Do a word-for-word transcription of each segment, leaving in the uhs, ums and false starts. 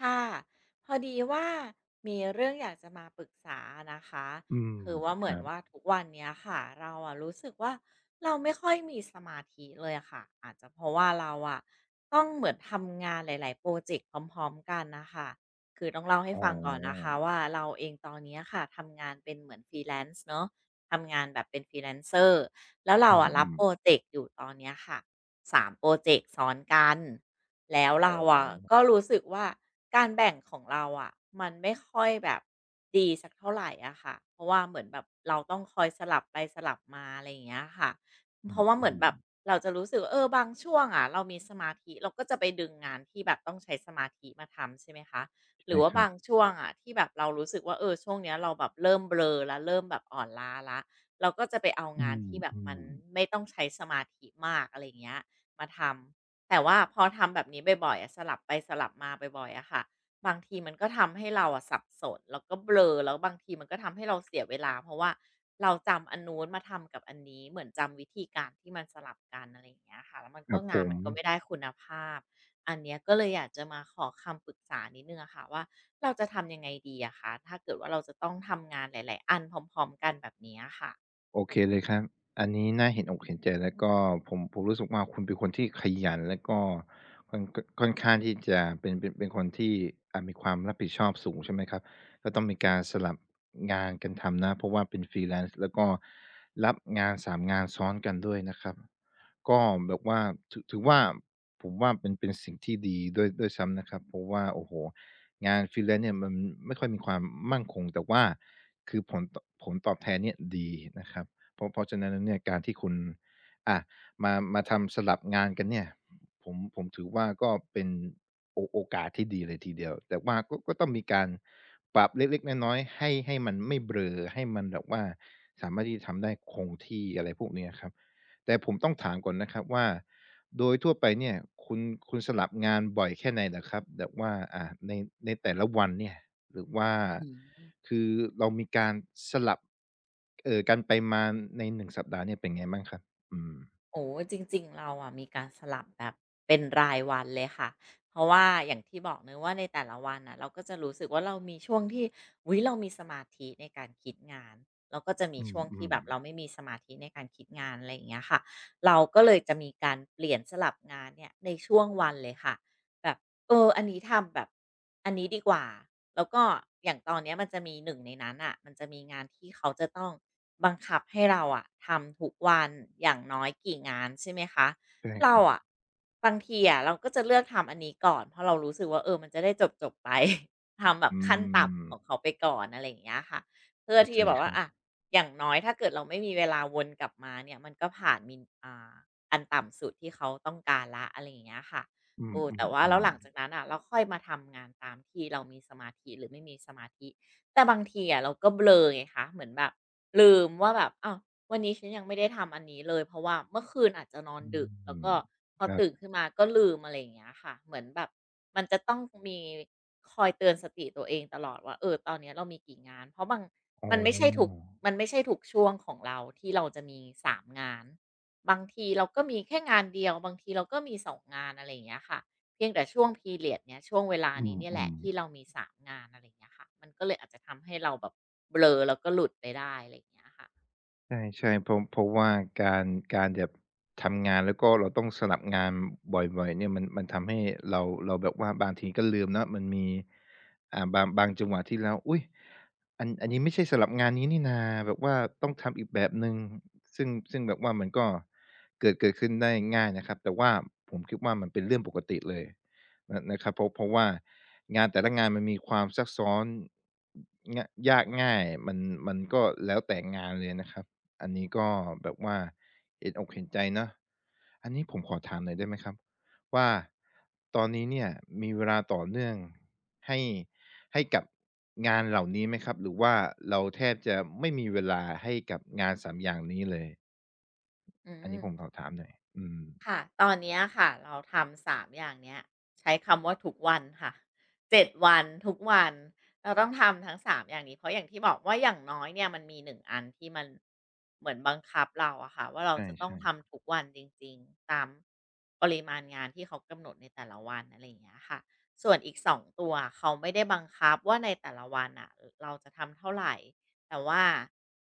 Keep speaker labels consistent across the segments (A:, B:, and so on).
A: ค่ะพอดีว่ามีเรื่องอยากจะมาปรึกษานะคะ
B: อืม
A: คือว่าเห
B: ค
A: มือ
B: รั
A: น
B: บ
A: ว่าทุกวันเนี้ยค่ะเราอะรู้สึกว่าเราไม่ค่อยมีสมาธิเลยอะค่ะอาจจะเพราะว่าเราอะต้องเหมือนทำงานหลายๆโปรเจกต์พร้อมๆกันนะคะคือต้องเล่าให้
B: อ๋
A: ฟังก่อนนะ
B: อ
A: คะว่าเราเองตอนเนี้ยค่ะทำงานเป็นเหมือนฟรีแลนซ์เนาะทำงานแบบเป็นฟรีแลน a ซอร r แล้วเรา
B: อื
A: อะรับ
B: ม
A: โปร
B: ๆ
A: เจกต์อยู่ตอนเนี้ยค่ะสามโปรเจกต์ซ้อนกัน แล้ว
B: อ๋อ
A: เราอะก็รู้สึกว่าการแบ่งของเราอะมันไม่ค่อยแบบดีสักเท่าไหรอะค่ะเพราะว่าเหมือนแบบเราต้องคอยสลับไปสลับมาอะไรอย่างเงี้ยค่ะ
B: อื
A: เพราะว่าเหมือนแบ
B: ม
A: บเราจะรู้สึกว่าเออบางช่วงอะเรามีสมาธิเราก็จะไปดึงงานที่แบบต้องใช้สมาธิมาทำใช่ไหมคะ
B: ๆ
A: ห
B: ใช่
A: รือ
B: ค
A: ว่า
B: รั
A: บา
B: บ
A: งช่วงอะที่แบบเรารู้สึกว่าเออช่วงเนี้ยเราแบบเริ่มเบลอแล้วเริ่มแบบอ่อนล้าแล้วเราก็จะไปเอา
B: อื
A: งานที่แบบมัน
B: ม
A: ไม่
B: ๆ
A: ต้องใช้สมาธิมากอะไรอย่างเงี้ยมาทำ แต่ว่าพอทำแบบนี้บ่อยๆอะสลับไปสลับมาบ่อยๆอะค่ะบางทีมันก็ทำให้เราอะสับสนแล้วก็เบลอแล้วบางทีมันก็ทำให้เราเสียเวลาเพราะว่าเราจำอันนู้นมาทำกับอันนี้เหมือนจำวิธีการที่มันสลับกันอะไรอย่างเงี้ยค่ะแล้วมัน
B: ค
A: ก็
B: รับผ
A: งาน
B: ม
A: มันก็ไม่ได้คุณภาพอันเนี้ยก็เลยอยากจะมาขอคำปรึกษานิดนึงอะค่ะว่าเราจะทำยังไงดีอะคะถ้าเกิดว่าเราจะต้องทำงานหลายๆอันพร้อมๆกันแบบเนี้อะค่ะ
B: โอเคเลยครับ อันนี้น่าเห็นอกเห็นใจแล้วก็ผมผมรู้สึกว่าคุณเป็นคนที่ขยันแล้วก็ค่อนค่อนข้างที่จะเป็นเป็นเป็นคนที่อ่ามีความรับผิดชอบสูงใช่ไหมครับก็ต้องมีการสลับงานกันทำนะเพราะว่าเป็น freelance แล้วก็รับงานสามงานซ้อนกันด้วยนะครับก็แบบว่าถือถือว่าผมว่าเป็นเป็นสิ่งที่ดีด้วยด้วยซ้ำนะครับเพราะว่าโอ้โฮงาน freelance เนี่ยมันไม่ค่อยมีความมั่นคงแต่ว่า คือผลตอบผลตอบแทนเนี่ยดีนะครับเพราะเพราะฉะนั้นแล้วเนี่ยการที่คุณอ่ะมามาทำสลับงานกันเนี่ยผมผมถือว่าก็เป็นโอโอกาสที่ดีเลยทีเดียวแต่ว่าก็ก็ต้องมีการปรับเล็กๆน้อยๆให้ให้มันไม่เบลอให้มันแบบว่าสามารถที่จะทำได้คงที่อะไรพวกเนี้ยครับแต่ผมต้องถามก่อนนะครับว่าโดยทั่วไปเนี่ยคุณคุณสลับงานบ่อยแค่ไหนเหรอครับแบบว่าอ่าในในแต่ละวันเนี่ย หรือว่า
A: อืม
B: คือเรามีการสลับเอ่อกันไปมาในหนึ่งสัปดาห์เนี่ยเป็นไงบ้างครับอืม
A: โอ้จริงๆเราอะมีการสลับแบบเป็นรายวันเลยค่ะเพราะว่าอย่างที่บอกเนื้อะว่าในแต่ละวันอ่ะเราก็จะรู้สึกว่าเรามีช่วงที่วิเรามีสมาธิในการคิดงานแล้วก็จะมี
B: อื
A: ช่วงที่
B: ม
A: แบบเราไม่มีสมาธิในการคิดงานอะไรอย่างเงี้ยค่ะเราก็เลยจะมีการเปลี่ยนสลับงานเนี่ยในช่วงวันเลยค่ะแบบ เอออันนี้ทำแบบอันนี้ดีกว่าแล้วก็อย่างตอนเนี้ยมันจะมีหนึ่งในนั้นอะมันจะมีงานที่เขาจะต้องบังคับให้เราอะทำทุกวันอย่างน้อยกี่งานใช่ไหมคะ
B: ๆใช่ค
A: เรา
B: รับ
A: อะบางทีอะเราก็จะเลือกทำอันนี้ก่อนเพราะเรารู้สึกว่าเออมันจะได้จบๆไป ทำแบบ
B: อื
A: ขั้น
B: ม
A: ต่ำของเขาไปก่อนอะไรอย่างเงี้ยค่ะเพื่อ
B: เข้า
A: ที่
B: ใจ
A: จะแบบ
B: ค
A: ว่า
B: รับ
A: อะอย่างน้อยถ้าเกิดเราไม่มีเวลาวนกลับมาเนี่ยมันก็ผ่านมินอ่าอันต่ำสุดที่เขาต้องการแล้วอะไรอย่างเงี้ยค่ะ
B: อื
A: เอ
B: ม
A: อแต่ว่าแล้วหลัง
B: ๆ
A: จาก
B: ๆ
A: นั้นอ่ะเราค่อยมาทำงานตามที่เรามีสมาธิหรือไม่มีสมาธิแต่บางทีอะเราก็เบลอไงคะเหมือนแบบลืมว่าแบบอ้าววันนี้ฉันยังไม่ได้ทำอันนี้เลยเพราะว่าเมื่อคืนอาจจะนอน
B: อื
A: ดึกแล้ว
B: ม
A: ก็พอ
B: ครั
A: ตื่น
B: บ
A: ขึ้นมาก็ลืมอะไรอย่างเงี้ยค่ะเหมือนแบบมันจะต้องมีคอยเตือนสติตัวเองตลอดว่าเออตอนเนี้ยเรามีกี่งานเพราะบาง
B: อ๋
A: มันไม่ใช่ถูก
B: อ
A: มันไม่ใช่ถูกช่วงของเราที่เราจะมีสามงาน บางทีเราก็มีแค่งานเดียวบางทีเราก็มีสองงานอะไรอย่างเงี้ยค่ะเพียงแต่ช่วง period เนี้ยช่วงเวลา
B: อื
A: นี้เนี่ยแหละ
B: ม
A: ที่
B: ๆ
A: เรามีสามงานอะไรอย่างเงี้ยค่ะมันก็เลยอาจจะทำให้เราแบบเบลอแล้วก็หลุดไปได้อะไรอย่างเงี้ยค่ะ
B: ใช่ใช่เพราะเพราะว่าการการแบบทำงานแล้วก็เราต้องสลับงานบ่อยๆเนี่ยมันมันทำให้เราเราแบบว่าบางทีก็ลืมเนาะมันมีอ่าบางบางจังหวะที่เราอุ๊ยอันอันนี้ไม่ใช่สลับงานนี้นี่นาแบบว่าต้องทำอีกแบบหนึ่งซึ่งซึ่งแบบว่ามันก็เกิดเกิดขึ้นได้ง่ายนะครับแต่ว่าผมคิดว่ามันเป็นเรื่องปกติเลยนะนะครับเพราะเพราะว่างานแต่ละงานมันมีความซับซ้อนงยากง่ายมันมันก็แล้วแต่งานเลยนะครับ อันนี้ก็แบบว่าเห็นอกเห็นใจเนาะอันนี้ผมขอถามหน่อยได้ไหมครับว่าตอนนี้เนี่ยมีเวลาต่อเนื่องให้ให้กับงานเหล่านี้ไหมครับหรือว่าเราแทบจะไม่มีเวลาให้กับงานสามอย่างนี้เลย
A: อื
B: อันนี้ผม
A: ม
B: ขอถามหน่อยอืม
A: ค่ะตอนเนี้ยค่ะเราทำสามอย่างเนี้ยใช้คำว่าทุกวันค่ะเจ็ดวันทุกวันเราต้องทำทั้งสามอย่างนี้เพราะอย่างที่บอกว่าอย่างน้อยเนี่ยมันมีหนึ่งอันที่มันเหมือนบังคับเราอะค่ะว่าเรา
B: ใช
A: จะต้อง
B: ่
A: ทำทุกวันจริงๆตามปริมาณงานที่เขากำหนดในแต่ละวันอะไรอย่างเงี้ยค่ะส่วนอีกสองตัวเขาไม่ได้บังคับว่าในแต่ละวันอะเราจะทำเท่าไหรแต่ว่า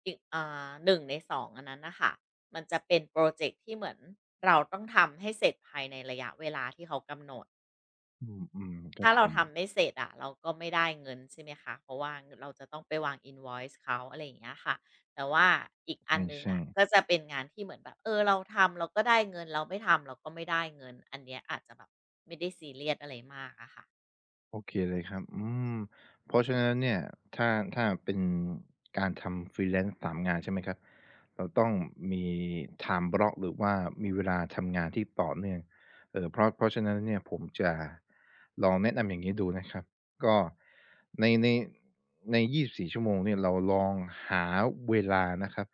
A: อีกเอ่างในสองอันนั้นนะคะ มันจะเป็นโปรเจกต์ที่เหมือนเราต้องทำให้เสร็จภายในระยะเวลาที่เขากำหนด
B: ๆอืมๆครับ
A: ถ้าเรา
B: ผม
A: ทำไม่เสร็จอะเราก็ไม่ได้เงินใช่ไหมคะ เพราะว่าเราจะต้องไปวาง invoice เขาอะไรอย่างเงี้ยค่ะแต่ว่าอีกอันหนึ่ง
B: ใช่
A: อะก็
B: ๆ
A: จะเป็นงานที่เหมือนแบบเออเราทำเราก็ได้เงินเราไม่ทำเราก็ไม่ได้เงิน อันเนี้ยอาจจะแบบไม่ได้ซีเรียสอะไรมากอะค่ะ
B: โอเคเลยครับอืมเพราะฉะนั้นเนี่ยถ้าถ้าเป็นการทำ Freelance สามงานใช่ไหมครับ เราต้องมี time block หรือว่ามีเวลาทำงานที่ต่อเนื่องเอ่อเพราะเพราะฉะนั้นเนี่ยผมจะลองแนะนำอย่างงี้ดูนะครับ ก็ในในในยี่สิบสี่ชั่วโมงเนี่ยเราลองหาเวลานะครับ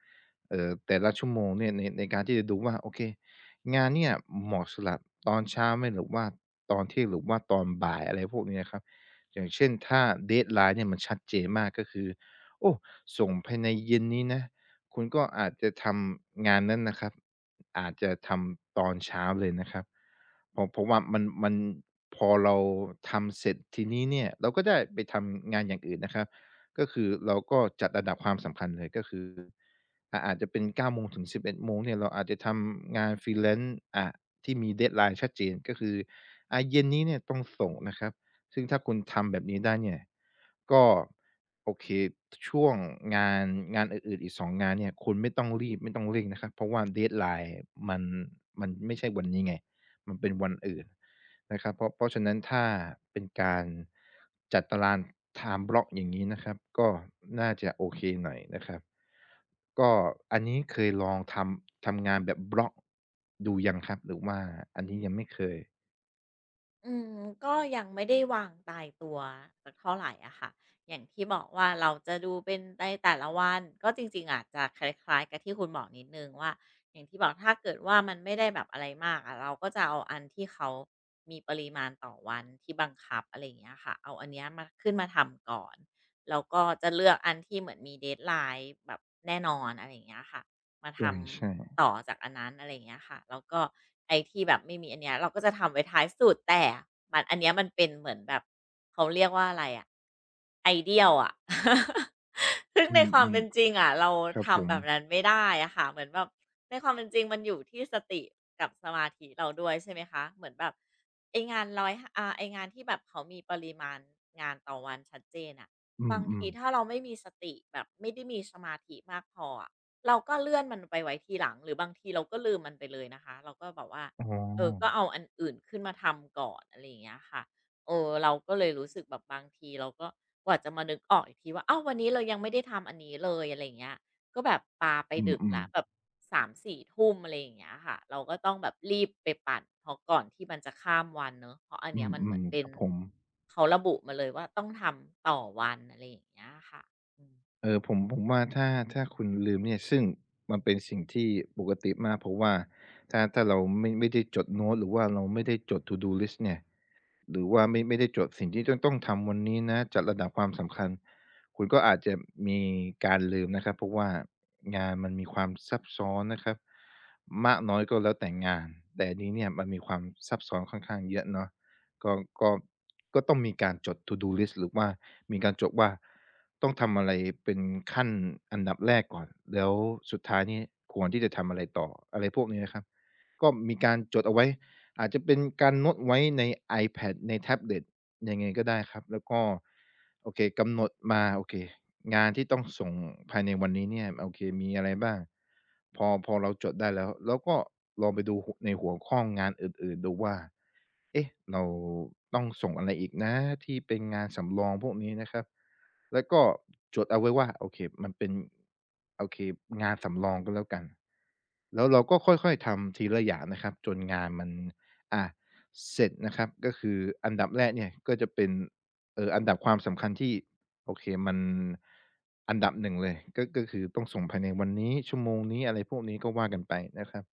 B: เอ่อแต่ละชั่วโมงเนี่ยในในการที่จะดูว่าโอเค งานเนี่ยเหมาะสำหรับตอนเช้าไหมหรือว่าตอนเที่ยงหรือว่าตอนบ่ายอะไรพวกนี้นะครับอย่างเช่นถ้า deadline เนี่ยมันชัดเจนมากก็คือโอ้ส่งภายในเย็นนี้นะคุณก็อาจจะทำงานนั้นนะครับอาจจะทำตอนเช้าเลยนะครับเพราะเพราะว่ามันมันพอเราทำเสร็จทีนี้เนี่ยเราก็ได้ไปทำงานอย่างอื่นนะครับก็คือเราก็จัดลำดับความสำคัญเลยก็คือ อาอาจจะเป็นเก้าโมงถึงสิบเอ็ดโมงเนี่ยเราอาจจะทำงาน Freelance อ่าที่มี deadline ชัดเจนก็คืออ่าเย็นนี้เนี่ยต้องส่งนะครับซึ่งถ้าคุณทำแบบนี้ได้เนี่ยก็โอเคช่วงงานงานอื่นๆอีกสองงงานเนี่ยคุณไม่ต้องรีบไม่ต้องเร่งนะครับเพราะว่า deadline มันมันไม่ใช่วันนี้ไงมันเป็นวันอื่น นะครับเพราะเพราะฉะนั้นถ้าเป็นการจัดตาราง time block อย่างงี้นะครับก็น่าจะโอเคหน่อยนะครับก็อันนี้เคยลองทำทำงานแบบบล็อกดูยังครับหรือว่าอันนี้ยังไม่เคย
A: อืมก็ยังไม่ได้วางตายตัวสักเท่าไหรอะค่ะอย่างที่บอกว่าเราจะดูเป็นในแต่ละวันก็จริงๆอาจจะคล้ายๆกับที่คุณบอกนิดนึงว่าอย่างที่บอกถ้าเกิดว่ามันไม่ได้แบบอะไรมากอะเราก็จะเอาอันที่เขามีปริมาณต่อวันที่บังคับอะไรอย่างเงี้ยค่ะเอาอันเนี้ยมาขึ้นมาทำก่อนแล้วก็จะเลือกอันที่เหมือนมี d e ทไ l น์แบบแน่นอนอะไรอย่างเงี้ยค่ะ มาท
B: ใช่
A: ำต่อจากอันนั้นอะไรอย่างเงี้ยค่ะแล้วก็ไอ้ที่แบบไม่มีอันเนี้ยเราก็จะทำไว้ท้ายสุดแต่มันอันเนี้ยมันเป็นเหมือนแบบเขาเรียกว่าอะไรอะ ideal อะ ซึ่ง
B: ๆอื
A: ในความ
B: ม
A: เป็นจริงอะเรา
B: ๆครับผ
A: ทำ
B: ม
A: แบบนั้นไม่ได้อะค่ะเหมือนแบบในความเป็นจริงมันอยู่ที่สติกับสมาธิเราด้วยใช่ไหมคะเหมือนแบบไองานร้อยอ่าไองานที่แบบเขามีปริมาณงานต่อวันชัดเจนอะ
B: อื
A: บางที
B: มๆ
A: ถ้าเราไม่มีสติแบบไม่ได้มีสมาธิมากพออะ เราก็เลื่อนมันไปไว้ทีหลังหรือบางทีเราก็ลืมมันไปเลยนะคะเราก็แบบว่า
B: อ๋
A: เออก็
B: อ
A: เอาอันอื่นขึ้นมาทำก่อนอะไรอย่างเงี้ยค่ะเออเราก็เลยรู้สึกแบบบางทีเราก็กว่าจะมานึกออกอีกทีว่าอ้าววันนี้เรายังไม่ได้ทำอันนี้เลยอะไรอย่างเงี้ยก็แบบปาไป
B: อื
A: ดึก
B: ม
A: แล้วแบ
B: ๆ
A: บสามสี่ทุ่มอะไรอย่างเงี้ยค่ะเราก็ต้องแบบรีบไปปั่นเพราะก่อนที่มันจะข้ามวันเนาะเพราะอัน
B: อื
A: เนี้ยมันเหมือ
B: ม
A: น
B: ๆ
A: เป็
B: ค
A: น
B: รับผม
A: เขาระบุมาเลยว่าต้องทำต่อวันอะไรอย่างเงี้ยค่ะอืม
B: เออผมผมว่าถ้าถ้าคุณลืมเนี่ยซึ่งมันเป็นสิ่งที่ปกติมากเพราะว่าถ้าถ้าเราไม่ไม่ได้จดโน้ตหรือว่าเราไม่ได้จด To do list เนี่ยหรือว่าไม่ไม่ได้จดสิ่งที่จะต้องทำวันนี้นะจัดระดับความสำคัญคุณก็อาจจะมีการลืมนะครับเพราะว่างานมันมีความซับซ้อนนะครับมากน้อยก็แล้วแต่งานแต่อันนี้เนี่ยมันมีความซับซ้อนค่อนข้างเยอะเนาะก็ก็ ก็ต้องมีการจด To do list หรือว่ามีการจดว่าต้องทำอะไรเป็นขั้นอันดับแรกก่อน แล้วสุดท้ายนี่ควรที่จะทำอะไรต่ออะไรพวกนี้นะครับ ก็มีการจดเอาไว้อาจจะเป็นการโน้ตไว้ใน iPad ในแท็บเล็ตยังไงก็ได้ครับ แล้วก็โอเคกำหนดมาโอเคงานที่ต้องส่งภายในวันนี้เนี่ยโอเคมีอะไรบ้างพอพอเราจดได้แล้วแล้วก็ลองไปดูหในหัวข้องานอื่นๆดูว่า เอ๊ะเราต้องส่งอะไรอีกนะที่เป็นงานสำรองพวกนี้นะครับแล้วก็จดเอาไว้ว่าโอเคมันเป็นโอเคงานสำรองก็แล้วกันแล้วเราก็ค่อยๆทำทีละอย่างนะครับจนงานมันอ่าเสร็จนะครับก็คืออันดับแรกเนี่ยก็จะเป็นเอ่ออันดับความสำคัญที่ โอเคมันอันดับหนึ่งเลยก็ก็คือต้องส่งภายในวันนี้ชั่วโมงนี้อะไรพวกนี้ก็ว่ากันไปนะครับ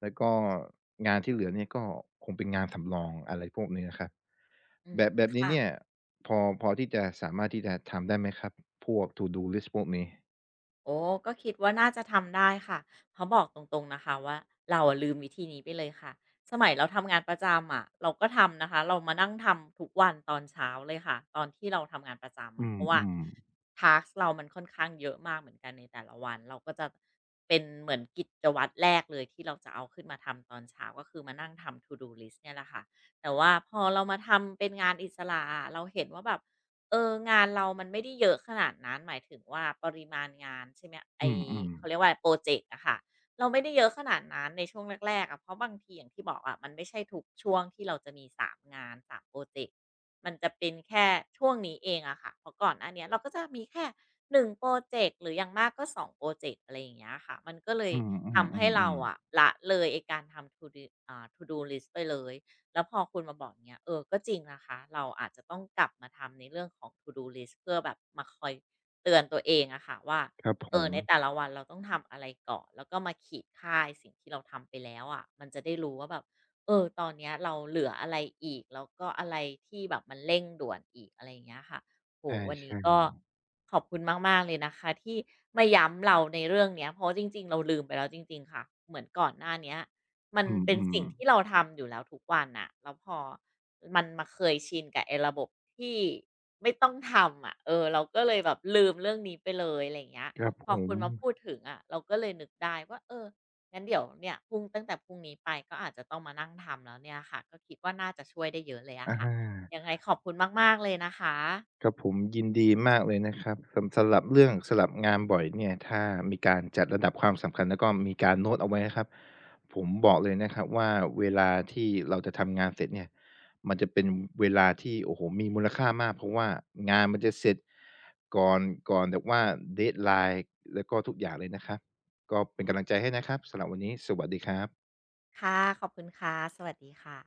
B: แล้วก็งานที่เหลือเนี่ยก็คงเป็นงานสำรองอะไรพวกนี้นะครับ
A: อื
B: แบ
A: ม
B: บแบบนี้เนี่ย
A: ค่ะ
B: พอพอที่จะสามารถที่จะทำได้ไหมครับพวก To do list พวกนี้
A: โอ้ก็คิดว่าน่าจะทำได้ค่ะเพราะบอกตรงๆนะคะว่าเราอะลืมวิธีนี้ไปเลยค่ะสมัยเราทำงานประจำอ่ะเราก็ทำนะคะเรามานั่งทำทุกวันตอนเช้าเลยค่ะตอนที่เราทำงานประจำ
B: อื
A: อ่ะเพราะว่า
B: มๆ
A: ทาสเรามันค่อนข้างเยอะมากเหมือนกันในแต่ละวันเราก็จะเป็นเหมือนกิจวัตรแรกเลยที่เราจะเอาขึ้นมาทำตอนเช้าก็คือมานั่งทำ to do list เนี่ยแหละค่ะแต่ว่าพอเรามาทำเป็นงานอิสระะเราเห็นว่าแบบ เอองานเรามันไม่ได้เยอะขนาดนั้นหมายถึงว่าปริมาณงานใช่ไหม
B: อื
A: ไอ้
B: ม
A: เขาเรียก
B: ๆ
A: ว่าไรพรอเจกต์อะค่ะเราไม่ได้เยอะขนาดนั้นในช่วงแรกๆอะเพราะบางทีอย่างที่บอกอะมันไม่ใช่ทุกช่วงที่เราจะมีสามงานสามพรอเจกต์มันจะเป็นแค่ช่วงนี้เองอะค่ะเพราะก่อนหน้าเนี้ยเราก็จะมีแค่หนึ่งพรอเจกต์หรืออย่างมากก็สองพรอเจกต์อะไรอย่างเงี้ยค่ะมันก็เลย
B: อื
A: ทำให้เรา
B: มๆ
A: อะ
B: ๆๆ
A: ละเลยไอ้การทำ to do อ่า to do list ไปเลย แล้วพอคุณมาบอกเนี้ยเออก็จริงนะคะเราอาจจะต้องกลับมาทำในเรื่องของ to do list เพื่อแบบมาคอยเตือนตัวเองอะค่ะว่า
B: ครับผ
A: เออ
B: ม
A: ในแต่ละวันเราต้องทำอะไรก่อนแล้วก็มาขีดค่ายสิ่งที่เราทำไปแล้วอะมันจะได้รู้ว่าแบบเออตอนเนี้ยเราเหลืออะไรอีกแล้วก็อะไรที่แบบมันเร่งด่วนอีกอะไรอย่างเงี้ยค่ะโอ
B: ใ
A: วันนี้
B: ช่
A: ก็ขอบคุณมากๆเลยนะคะที่มาย้ำเราในเรื่องเนี้ยเพราะจริงๆเราลืมไปแล้วจริงๆค่ะเหมือนก่อนหน้าเนี้ย มัน
B: ๆ
A: เป็น
B: อืม
A: สิ่งที่
B: ๆ
A: เราทำอยู่แล้วทุกวันน่ะ แล้วพอมันมาเคยชินกับไอ้ระบบที่ไม่ต้องทำอะเออเราก็เลยแบบลืมเรื่องนี้ไปเลยอะไรอย่างเงี้ย
B: ครับ
A: พ
B: ผ
A: อ
B: ม
A: คุณมาพูดถึงอะเราก็เลยนึกได้ว่าเอองั้นเดี๋ยวเนี่ยพรุ่งตั้งแต่พรุ่งนี้ไปก็อาจจะต้องมานั่งทำแล้วเนี่ยค่ะก็คิดว่าน่าจะช่วยได้เยอะเลย
B: อ
A: อะค่ะ
B: า
A: ยังไงขอบคุณมากๆเลยนะคะ
B: ครับผมยินดีมากเลยนะครับสำสำหรับเรื่องสลับงานบ่อยเนี่ยถ้ามีการจัดระดับความสำคัญแล้วก็มีการโน้ตเอาไว้นะครับผมบอกเลยนะครับว่าเวลาที่เราจะทำงานเสร็จเนี่ยมันจะเป็นเวลาที่โอ้โหมีมูลค่ามากเพราะว่างานมันจะเสร็จก่อนก่อนแบบว่าเด a ไลน์แล้วก็ทุกอย่างเลยนะครับก็เป็นกำลังใจให้นะครับสำหรับวันนี้สวัสดีครับ
A: ค่ะขอบคุณค่ะสวัสดีค่ะ